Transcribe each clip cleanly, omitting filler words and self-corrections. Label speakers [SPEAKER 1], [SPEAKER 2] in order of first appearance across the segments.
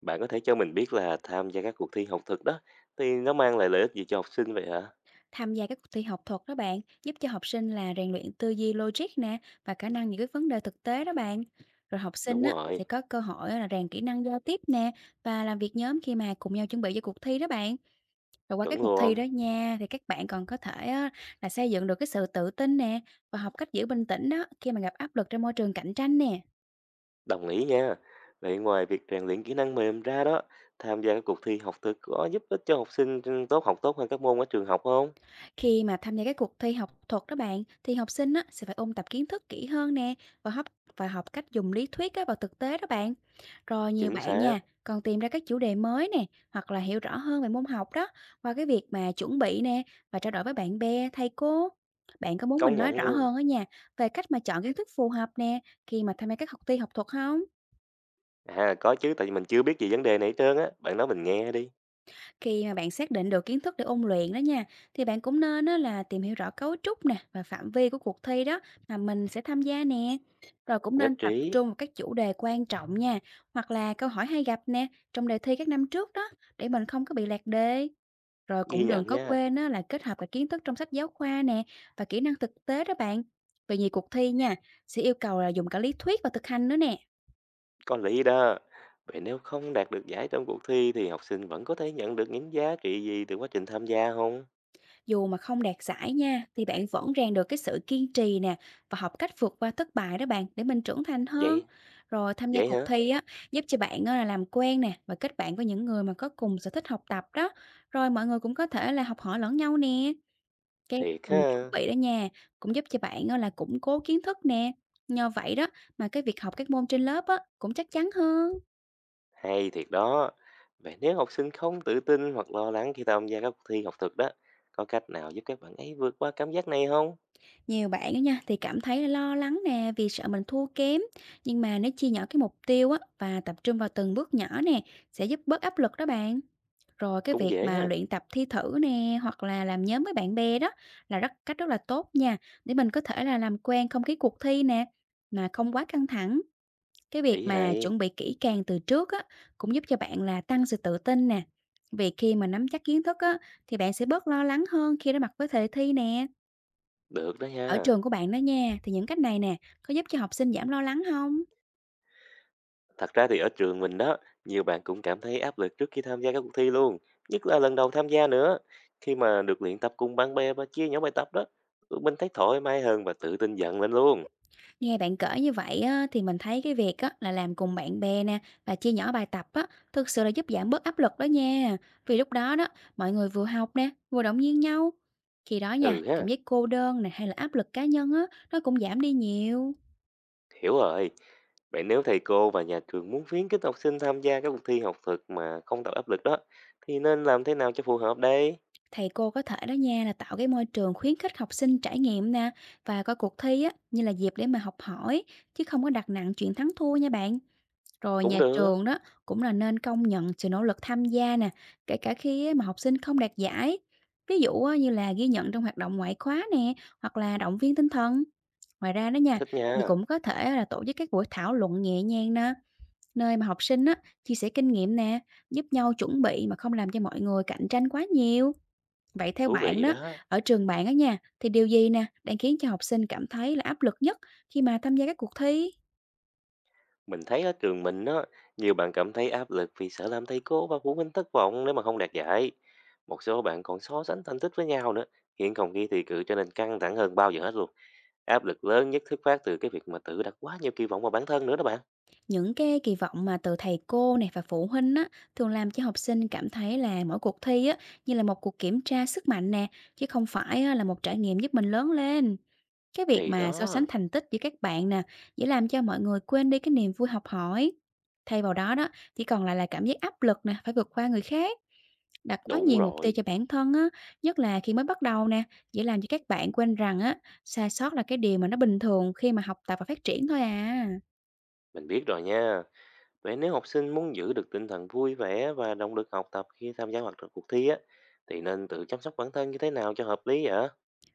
[SPEAKER 1] Bạn có thể cho mình biết là tham gia các cuộc thi học thực đó thì nó mang lại lợi ích gì cho học sinh vậy hả?
[SPEAKER 2] Tham gia các cuộc thi học thuật đó bạn, giúp cho học sinh là rèn luyện tư duy logic nè và khả năng những cái vấn đề thực tế đó bạn. Rồi học sinh
[SPEAKER 1] Đúng
[SPEAKER 2] á,
[SPEAKER 1] rồi,
[SPEAKER 2] sẽ có cơ hội là rèn kỹ năng giao tiếp nè và làm việc nhóm khi mà cùng nhau chuẩn bị cho cuộc thi đó bạn. Rồi qua các
[SPEAKER 1] chuẩn
[SPEAKER 2] cuộc thi
[SPEAKER 1] luôn,
[SPEAKER 2] đó nha thì các bạn còn có thể á, là xây dựng được cái sự tự tin nè và học cách giữ bình tĩnh đó khi mà gặp áp lực trong môi trường cạnh tranh nè.
[SPEAKER 1] đồng ý nha. Vậy ngoài việc rèn luyện kỹ năng mềm ra đó, tham gia các cuộc thi học thực có giúp ích cho học sinh tốt học tốt hơn các môn ở trường học không?
[SPEAKER 2] Khi mà tham gia các cuộc thi học thuật đó bạn, thì học sinh á, sẽ phải ôn tập kiến thức kỹ hơn nè và học và học cách dùng lý thuyết á, vào thực tế đó bạn. Rồi nhiều
[SPEAKER 1] Chính
[SPEAKER 2] bạn
[SPEAKER 1] xác,
[SPEAKER 2] nha, còn tìm ra các chủ đề mới nè hoặc là hiểu rõ hơn về môn học đó qua cái việc mà chuẩn bị nè và trao đổi với bạn bè, thầy cô. Bạn có muốn
[SPEAKER 1] công
[SPEAKER 2] mình nói
[SPEAKER 1] nhận
[SPEAKER 2] rõ
[SPEAKER 1] luôn.
[SPEAKER 2] hơn ở nhà về cách mà chọn kiến thức phù hợp nè khi mà tham gia các cuộc thi học thuật không?
[SPEAKER 1] À có chứ, tại vì mình chưa biết gì vấn đề này hết trơn á, bạn nói mình nghe đi.
[SPEAKER 2] Khi mà bạn xác định được kiến thức để ôn luyện đó nha, thì bạn cũng nên á, là tìm hiểu rõ cấu trúc nè và phạm vi của cuộc thi đó mà mình sẽ tham gia nè. Rồi cũng
[SPEAKER 1] Nhất
[SPEAKER 2] nên tập
[SPEAKER 1] trí,
[SPEAKER 2] trung vào các chủ đề quan trọng nha, hoặc là câu hỏi hay gặp nè trong đề thi các năm trước đó để mình không có bị lạc đề. Rồi
[SPEAKER 1] ghi
[SPEAKER 2] cũng đừng
[SPEAKER 1] nhận
[SPEAKER 2] có
[SPEAKER 1] nha,
[SPEAKER 2] quên á, là kết hợp cả kiến thức trong sách giáo khoa nè và kỹ năng thực tế đó bạn. Vì nhiều cuộc thi nha, sẽ yêu cầu là dùng cả lý thuyết và thực hành nữa nè.
[SPEAKER 1] có lý đó. Vậy nếu không đạt được giải trong cuộc thi thì học sinh vẫn có thể nhận được những giá trị gì từ quá trình tham gia không?
[SPEAKER 2] Dù mà không đạt giải nha, thì bạn vẫn rèn được cái sự kiên trì nè và học cách vượt qua thất bại đó bạn để mình trưởng thành hơn.
[SPEAKER 1] Vậy.
[SPEAKER 2] Rồi tham gia
[SPEAKER 1] Vậy
[SPEAKER 2] cuộc
[SPEAKER 1] hả?
[SPEAKER 2] thi á, giúp cho bạn á, là làm quen nè và kết bạn với những người mà có cùng sở thích học tập đó. Rồi mọi người cũng có thể là học hỏi lẫn nhau nè. Cái
[SPEAKER 1] Thiệt
[SPEAKER 2] mình chuẩn
[SPEAKER 1] ha,
[SPEAKER 2] bị đó nha, cũng giúp cho bạn á, là củng cố kiến thức nè. Nhờ vậy đó mà cái việc học các môn trên lớp á, cũng chắc chắn hơn.
[SPEAKER 1] hay thiệt đó. Vậy nếu học sinh không tự tin hoặc lo lắng khi tham gia các cuộc thi học thực đó, có cách nào giúp các bạn ấy vượt qua cảm giác này không?
[SPEAKER 2] Nhiều bạn đó nha thì cảm thấy lo lắng nè vì sợ mình thua kém, nhưng mà nếu chia nhỏ cái mục tiêu á và tập trung vào từng bước nhỏ nè sẽ giúp bớt áp lực đó bạn. Rồi cái
[SPEAKER 1] Cũng
[SPEAKER 2] việc
[SPEAKER 1] dễ
[SPEAKER 2] mà
[SPEAKER 1] ha.
[SPEAKER 2] luyện tập thi thử nè hoặc là làm nhóm với bạn bè đó là rất cách rất là tốt nha để mình có thể là làm quen không khí cuộc thi nè mà không quá căng thẳng. Cái việc
[SPEAKER 1] Ý
[SPEAKER 2] mà
[SPEAKER 1] hay,
[SPEAKER 2] chuẩn bị kỹ càng từ trước á cũng giúp cho bạn là tăng sự tự tin nè. Vì khi mà nắm chắc kiến thức á thì bạn sẽ bớt lo lắng hơn khi đối mặt với đề thi nè.
[SPEAKER 1] được đó
[SPEAKER 2] Ở
[SPEAKER 1] nha.
[SPEAKER 2] trường của bạn đó nha, thì những cách này nè, có giúp cho học sinh giảm lo lắng không?
[SPEAKER 1] Thật ra thì ở trường mình đó, nhiều bạn cũng cảm thấy áp lực trước khi tham gia các cuộc thi luôn, nhất là lần đầu tham gia nữa. Khi mà được luyện tập cùng bạn bè và chia nhỏ bài tập đó, tụi mình thấy thoải mái hơn và tự tin dần lên luôn.
[SPEAKER 2] Nghe bạn kể như vậy á, thì mình thấy cái việc á, là làm cùng bạn bè nè và chia nhỏ bài tập á, thực sự là giúp giảm bớt áp lực đó nha. Vì lúc đó đó, mọi người vừa học nè, vừa động viên nhau. Khi đó nha,
[SPEAKER 1] Ừ
[SPEAKER 2] cảm
[SPEAKER 1] ha.
[SPEAKER 2] giác cô đơn nè hay là áp lực cá nhân á, nó cũng giảm đi nhiều.
[SPEAKER 1] Hiểu rồi. Vậy nếu thầy cô và nhà trường muốn khuyến khích học sinh tham gia các cuộc thi học thực mà không tạo áp lực đó, thì nên làm thế nào cho phù hợp đây?
[SPEAKER 2] Thầy cô có thể đó nha, là tạo cái môi trường khuyến khích học sinh trải nghiệm nè và coi cuộc thi á, như là dịp để mà học hỏi, chứ không có đặt nặng chuyện thắng thua nha bạn. Rồi
[SPEAKER 1] Cũng
[SPEAKER 2] nhà
[SPEAKER 1] được,
[SPEAKER 2] trường đó cũng là nên công nhận sự nỗ lực tham gia nè, kể cả khi á mà học sinh không đạt giải. Ví dụ á, như là ghi nhận trong hoạt động ngoại khóa nè, hoặc là động viên tinh thần. Ngoài ra đó nha,
[SPEAKER 1] thích
[SPEAKER 2] thì
[SPEAKER 1] nha,
[SPEAKER 2] cũng có thể là tổ chức các buổi thảo luận nhẹ nhàng nè, nơi mà học sinh á, chia sẻ kinh nghiệm nè, giúp nhau chuẩn bị mà không làm cho mọi người cạnh tranh quá nhiều. Vậy theo
[SPEAKER 1] thú
[SPEAKER 2] bạn
[SPEAKER 1] vị
[SPEAKER 2] đó,
[SPEAKER 1] đó.
[SPEAKER 2] ở trường bạn á nha, thì điều gì nè đang khiến cho học sinh cảm thấy là áp lực nhất khi mà tham gia các cuộc thi?
[SPEAKER 1] Mình thấy ở trường mình đó, nhiều bạn cảm thấy áp lực vì sợ làm thầy cô và phụ huynh thất vọng nếu mà không đạt giải. Một số bạn còn so sánh thành tích với nhau nữa, khiến không khí thi cử trở nên căng thẳng hơn bao giờ hết luôn. Áp lực lớn nhất xuất phát từ cái việc mà tự đặt quá nhiều kỳ vọng vào bản thân nữa đó bạn.
[SPEAKER 2] Những cái kỳ vọng mà từ thầy cô này và phụ huynh á, thường làm cho học sinh cảm thấy là mỗi cuộc thi á, như là một cuộc kiểm tra sức mạnh nè, chứ không phải á, là một trải nghiệm giúp mình lớn lên. Cái việc
[SPEAKER 1] Thì
[SPEAKER 2] mà so sánh
[SPEAKER 1] đó,
[SPEAKER 2] thành tích giữa các bạn nè, dễ làm cho mọi người quên đi cái niềm vui học hỏi. Thay vào đó đó, chỉ còn lại là cảm giác áp lực nè, phải vượt qua người khác. Đặt quá
[SPEAKER 1] đúng
[SPEAKER 2] nhiều mục tiêu
[SPEAKER 1] rồi,
[SPEAKER 2] cho bản thân á, nhất là khi mới bắt đầu nè, dễ làm cho các bạn quên rằng á, sai sót là cái điều mà nó bình thường khi mà học tập và phát triển thôi à.
[SPEAKER 1] mình biết rồi nha. Vậy nếu học sinh muốn giữ được tinh thần vui vẻ và động lực học tập khi tham gia hoạt động cuộc thi á, thì nên tự chăm sóc bản thân như thế nào cho hợp lý vậy?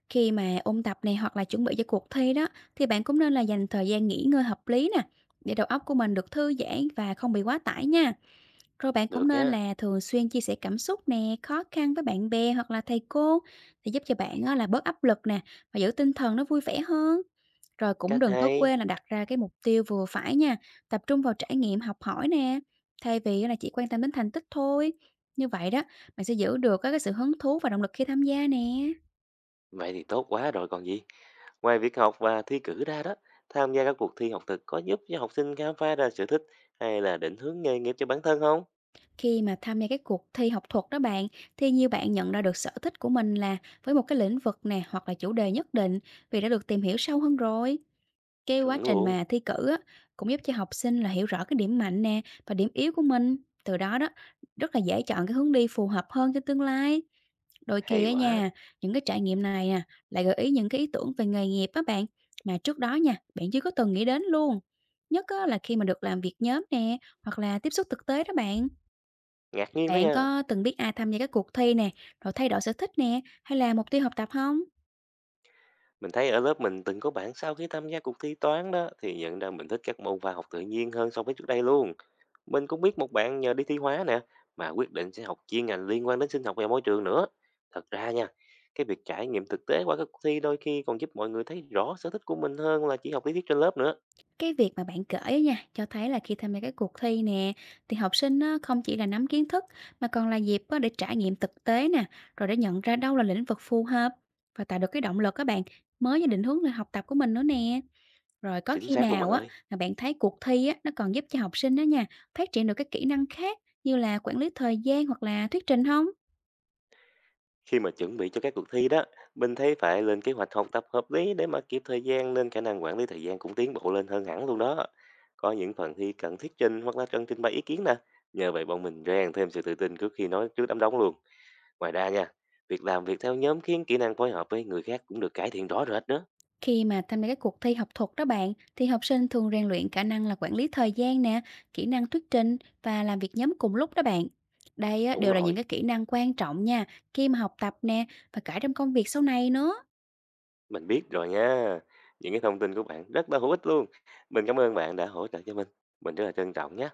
[SPEAKER 2] Khi mà ôn tập này hoặc là chuẩn bị cho cuộc thi đó thì bạn cũng nên là dành thời gian nghỉ ngơi hợp lý nè để đầu óc của mình được thư giãn và không bị quá tải nha. Rồi bạn cũng
[SPEAKER 1] Được
[SPEAKER 2] nên
[SPEAKER 1] nha,
[SPEAKER 2] là thường xuyên chia sẻ cảm xúc nè, khó khăn với bạn bè hoặc là thầy cô thì giúp cho bạn á, là bớt áp lực nè và giữ tinh thần nó vui vẻ hơn. Rồi cũng
[SPEAKER 1] cách
[SPEAKER 2] đừng có
[SPEAKER 1] hay.
[SPEAKER 2] quên là đặt ra cái mục tiêu vừa phải nha, tập trung vào trải nghiệm học hỏi nè, thay vì là chỉ quan tâm đến thành tích thôi. Như vậy đó, bạn sẽ giữ được á, cái sự hứng thú và động lực khi tham gia nè.
[SPEAKER 1] Vậy thì tốt quá rồi còn gì. Ngoài việc học và thi cử ra đó, tham gia các cuộc thi học thực có giúp cho học sinh khám phá ra sở thích hay là định hướng nghề nghiệp cho bản thân không?
[SPEAKER 2] Khi mà tham gia cái cuộc thi học thuật đó bạn, thì nhiều bạn nhận ra được sở thích của mình là với một cái lĩnh vực nè hoặc là chủ đề nhất định vì đã được tìm hiểu sâu hơn rồi. Cái quá
[SPEAKER 1] Chuẩn
[SPEAKER 2] trình
[SPEAKER 1] luôn,
[SPEAKER 2] mà thi cử á, cũng giúp cho học sinh là hiểu rõ cái điểm mạnh nè và điểm yếu của mình. Từ đó đó, rất là dễ chọn cái hướng đi phù hợp hơn cho tương lai. Đôi
[SPEAKER 1] hay
[SPEAKER 2] khi á
[SPEAKER 1] quá,
[SPEAKER 2] nha, những cái trải nghiệm này nè lại gợi ý những cái ý tưởng về nghề nghiệp á bạn mà trước đó nha, bạn chưa có từng nghĩ đến luôn. Nhất á, là khi mà được làm việc nhóm nè hoặc là tiếp xúc thực tế đó bạn.
[SPEAKER 1] ngạc nhiên đó
[SPEAKER 2] Bạn
[SPEAKER 1] nha.
[SPEAKER 2] có từng biết ai tham gia các cuộc thi nè, rồi thay đổi sở thích nè, hay là mục tiêu học tập không?
[SPEAKER 1] Mình thấy ở lớp mình từng có bạn sau khi tham gia cuộc thi toán đó thì nhận ra mình thích các môn khoa học tự nhiên hơn so với trước đây luôn. Mình cũng biết một bạn nhờ đi thi hóa nè, mà quyết định sẽ học chuyên ngành liên quan đến sinh học và môi trường nữa. Thật ra nha, cái việc trải nghiệm thực tế qua các cuộc thi đôi khi còn giúp mọi người thấy rõ sở thích của mình hơn là chỉ học lý thuyết trên lớp nữa.
[SPEAKER 2] Cái việc mà bạn kể á nha, cho thấy là khi tham gia các cuộc thi nè, thì học sinh á, không chỉ là nắm kiến thức, mà còn là dịp á, để trải nghiệm thực tế nè, rồi để nhận ra đâu là lĩnh vực phù hợp, và tạo được cái động lực các bạn, mới và định hướng về học tập của mình nữa nè. Rồi có
[SPEAKER 1] Chính
[SPEAKER 2] khi
[SPEAKER 1] xác luôn bạn
[SPEAKER 2] nào á,
[SPEAKER 1] ơi.
[SPEAKER 2] mà bạn thấy cuộc thi á, nó còn giúp cho học sinh đó nha, phát triển được các kỹ năng khác như là quản lý thời gian hoặc là thuyết trình không?
[SPEAKER 1] Khi mà chuẩn bị cho các cuộc thi đó, mình thấy phải lên kế hoạch học tập hợp lý để mà kịp thời gian nên khả năng quản lý thời gian cũng tiến bộ lên hơn hẳn luôn đó. Có những phần thi cần thuyết trình hoặc là cần trình bày ý kiến nè. Nhờ vậy bọn mình rèn thêm sự tự tin trước khi nói trước đám đông luôn. Ngoài ra nha, việc làm việc theo nhóm khiến kỹ năng phối hợp với người khác cũng được cải thiện rõ rệt nữa.
[SPEAKER 2] Khi mà tham gia các cuộc thi học thuật đó bạn, thì học sinh thường rèn luyện khả năng là quản lý thời gian nè, kỹ năng thuyết trình và làm việc nhóm cùng lúc đó bạn. Đây á,
[SPEAKER 1] Đúng
[SPEAKER 2] đều là
[SPEAKER 1] rồi,
[SPEAKER 2] những cái kỹ năng quan trọng nha, khi mà học tập nè và cả trong công việc sau này nữa.
[SPEAKER 1] mình biết rồi nha. Những cái thông tin của bạn rất là hữu ích luôn. Mình cảm ơn bạn đã hỗ trợ cho mình. Mình rất là trân trọng nhé.